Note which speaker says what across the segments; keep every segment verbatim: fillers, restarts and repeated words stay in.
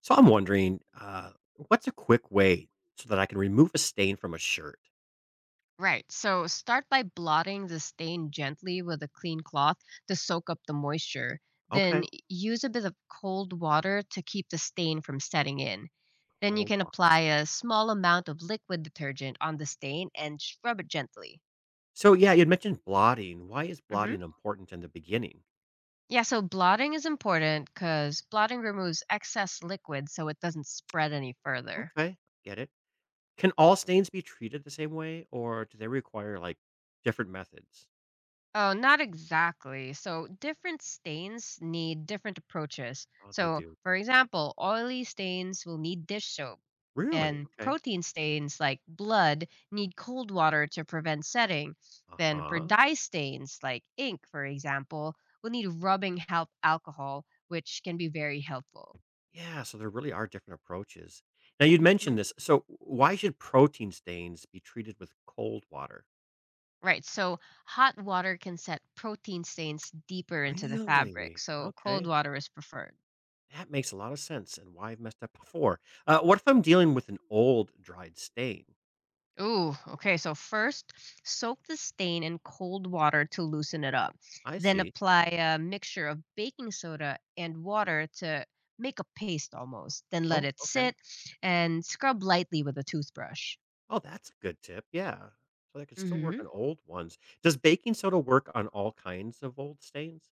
Speaker 1: So I'm wondering, uh, what's a quick way so that I can remove a stain from a shirt?
Speaker 2: Right. So start by blotting the stain gently with a clean cloth to soak up the moisture.
Speaker 1: Okay.
Speaker 2: Then use a bit of cold water to keep the stain from setting in. Then you
Speaker 1: Oh,
Speaker 2: can
Speaker 1: walker.
Speaker 2: apply a small amount of liquid detergent on the stain and scrub it gently.
Speaker 1: So yeah, you mentioned blotting. Why is
Speaker 2: hmm
Speaker 1: blotting important in the beginning?
Speaker 2: Yeah, so blotting is important because blotting removes excess liquid so it doesn't spread any further.
Speaker 1: Okay, get it. Can all stains be treated the same way, or do they require like different methods?
Speaker 2: Oh, not exactly. So different stains need different approaches.
Speaker 1: Oh, they
Speaker 2: So,
Speaker 1: do.
Speaker 2: for example, oily stains will need dish soap,
Speaker 1: Really?
Speaker 2: and
Speaker 1: Okay.
Speaker 2: protein stains like blood need cold water to prevent setting.
Speaker 1: Uh
Speaker 2: Then, for
Speaker 1: huh.
Speaker 2: dye stains like ink, for example, will need rubbing help alcohol, which can be very helpful.
Speaker 1: Yeah. So there really are different approaches. Now you'd mentioned
Speaker 2: hmm
Speaker 1: this. So why should protein stains be treated with cold water?
Speaker 2: Right, so hot water can set protein stains deeper into the fabric,
Speaker 1: Really?
Speaker 2: so cold
Speaker 1: Okay.
Speaker 2: water is preferred.
Speaker 1: That makes a lot of sense and why I've messed up before. Uh, what if I'm dealing with an old dried stain?
Speaker 2: Ooh, okay. So first, soak the stain in cold water to loosen it up.
Speaker 1: I
Speaker 2: Then
Speaker 1: see.
Speaker 2: apply a mixture of baking soda and water to make a paste almost. Then let
Speaker 1: Oh,
Speaker 2: it
Speaker 1: okay.
Speaker 2: sit and scrub lightly with a toothbrush.
Speaker 1: Oh, that's a good tip. Yeah. So I could still work
Speaker 2: hmm
Speaker 1: on old ones. Does baking soda work on all kinds of old stains?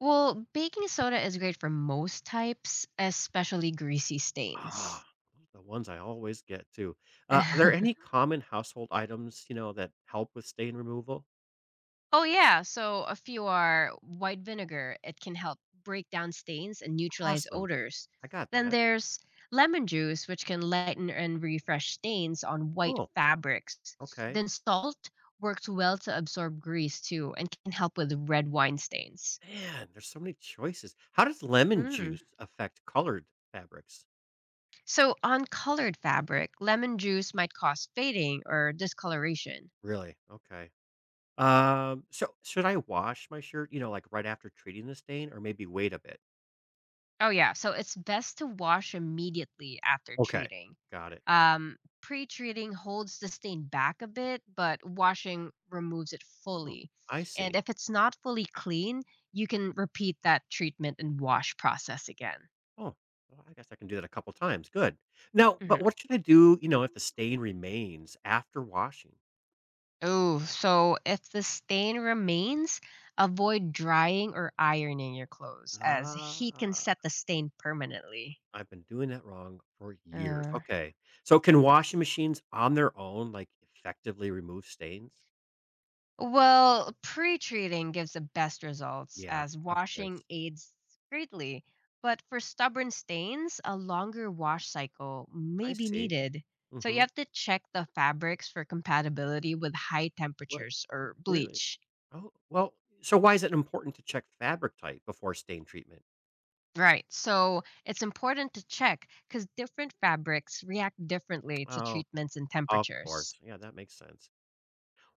Speaker 2: Well, baking soda is great for most types, especially greasy stains.
Speaker 1: Ah, those are the ones I always get too. Uh, are there any common household items, you know, that help with stain removal?
Speaker 2: Oh yeah, so a few are white vinegar. It can help break down stains and neutralize
Speaker 1: Awesome.
Speaker 2: odors.
Speaker 1: I got
Speaker 2: Then
Speaker 1: that.
Speaker 2: there's lemon juice, which can lighten and refresh stains on white
Speaker 1: Oh,
Speaker 2: fabrics.
Speaker 1: okay.
Speaker 2: Then salt works well to absorb grease too and can help with red wine stains.
Speaker 1: Man, there's so many choices. How does lemon
Speaker 2: Mm.
Speaker 1: juice affect colored fabrics?
Speaker 2: So on colored fabric, lemon juice might cause fading or discoloration.
Speaker 1: Really? Okay. Um, so should I wash my shirt, you know, like, right after treating the stain or maybe wait a bit?
Speaker 2: Oh yeah, so it's best to wash immediately after
Speaker 1: Okay,
Speaker 2: treating.
Speaker 1: got it.
Speaker 2: Um, pre-treating holds the stain back a bit, but washing removes it
Speaker 1: Oh,
Speaker 2: fully.
Speaker 1: I
Speaker 2: And
Speaker 1: see.
Speaker 2: if it's not fully clean, you can repeat that treatment and wash process again.
Speaker 1: Oh, well, I guess I can do that a couple times, good. Now, but
Speaker 2: hmm
Speaker 1: what should I do, you know, if the stain remains after washing?
Speaker 2: Oh, so if the stain remains, avoid drying or ironing your clothes as heat can
Speaker 1: Ah,
Speaker 2: set the stain permanently.
Speaker 1: I've been doing that wrong for years.
Speaker 2: Uh.
Speaker 1: Okay. So can washing machines on their own, like, effectively remove stains?
Speaker 2: Well, pre-treating gives the best results
Speaker 1: Yeah,
Speaker 2: as
Speaker 1: of course.
Speaker 2: washing aids greatly, but for stubborn stains, a longer wash cycle may
Speaker 1: I
Speaker 2: be
Speaker 1: see.
Speaker 2: needed. So you
Speaker 1: Mhm.
Speaker 2: have to check the fabrics for compatibility with high
Speaker 1: What?
Speaker 2: temperatures or
Speaker 1: Really?
Speaker 2: bleach.
Speaker 1: Oh, well, so why is it important to check fabric type before stain treatment?
Speaker 2: Right. So it's important to check cuz different fabrics react differently to
Speaker 1: Oh,
Speaker 2: treatments and
Speaker 1: of course.
Speaker 2: temperatures.
Speaker 1: Yeah, that makes sense.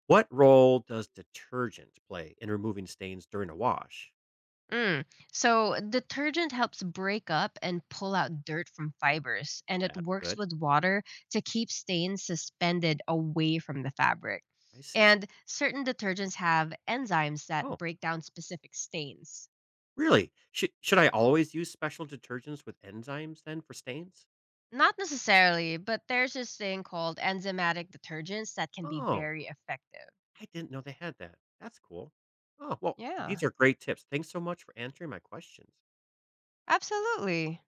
Speaker 1: What role does detergent play in removing stains during a wash?
Speaker 2: Mm. So detergent helps break up and pull out dirt from fibers, and it
Speaker 1: That's
Speaker 2: works
Speaker 1: good.
Speaker 2: with water to keep stains suspended away from the fabric.
Speaker 1: I see.
Speaker 2: And certain detergents have enzymes that
Speaker 1: Oh,
Speaker 2: break down specific stains.
Speaker 1: really? Should should I always use special detergents with enzymes then for stains?
Speaker 2: Not necessarily, but there's this thing called enzymatic detergents that can be
Speaker 1: Oh,
Speaker 2: very effective.
Speaker 1: I didn't know they had that. That's cool. Oh, well, these
Speaker 2: Yeah,
Speaker 1: are great tips. Thanks so much for answering my questions.
Speaker 2: absolutely.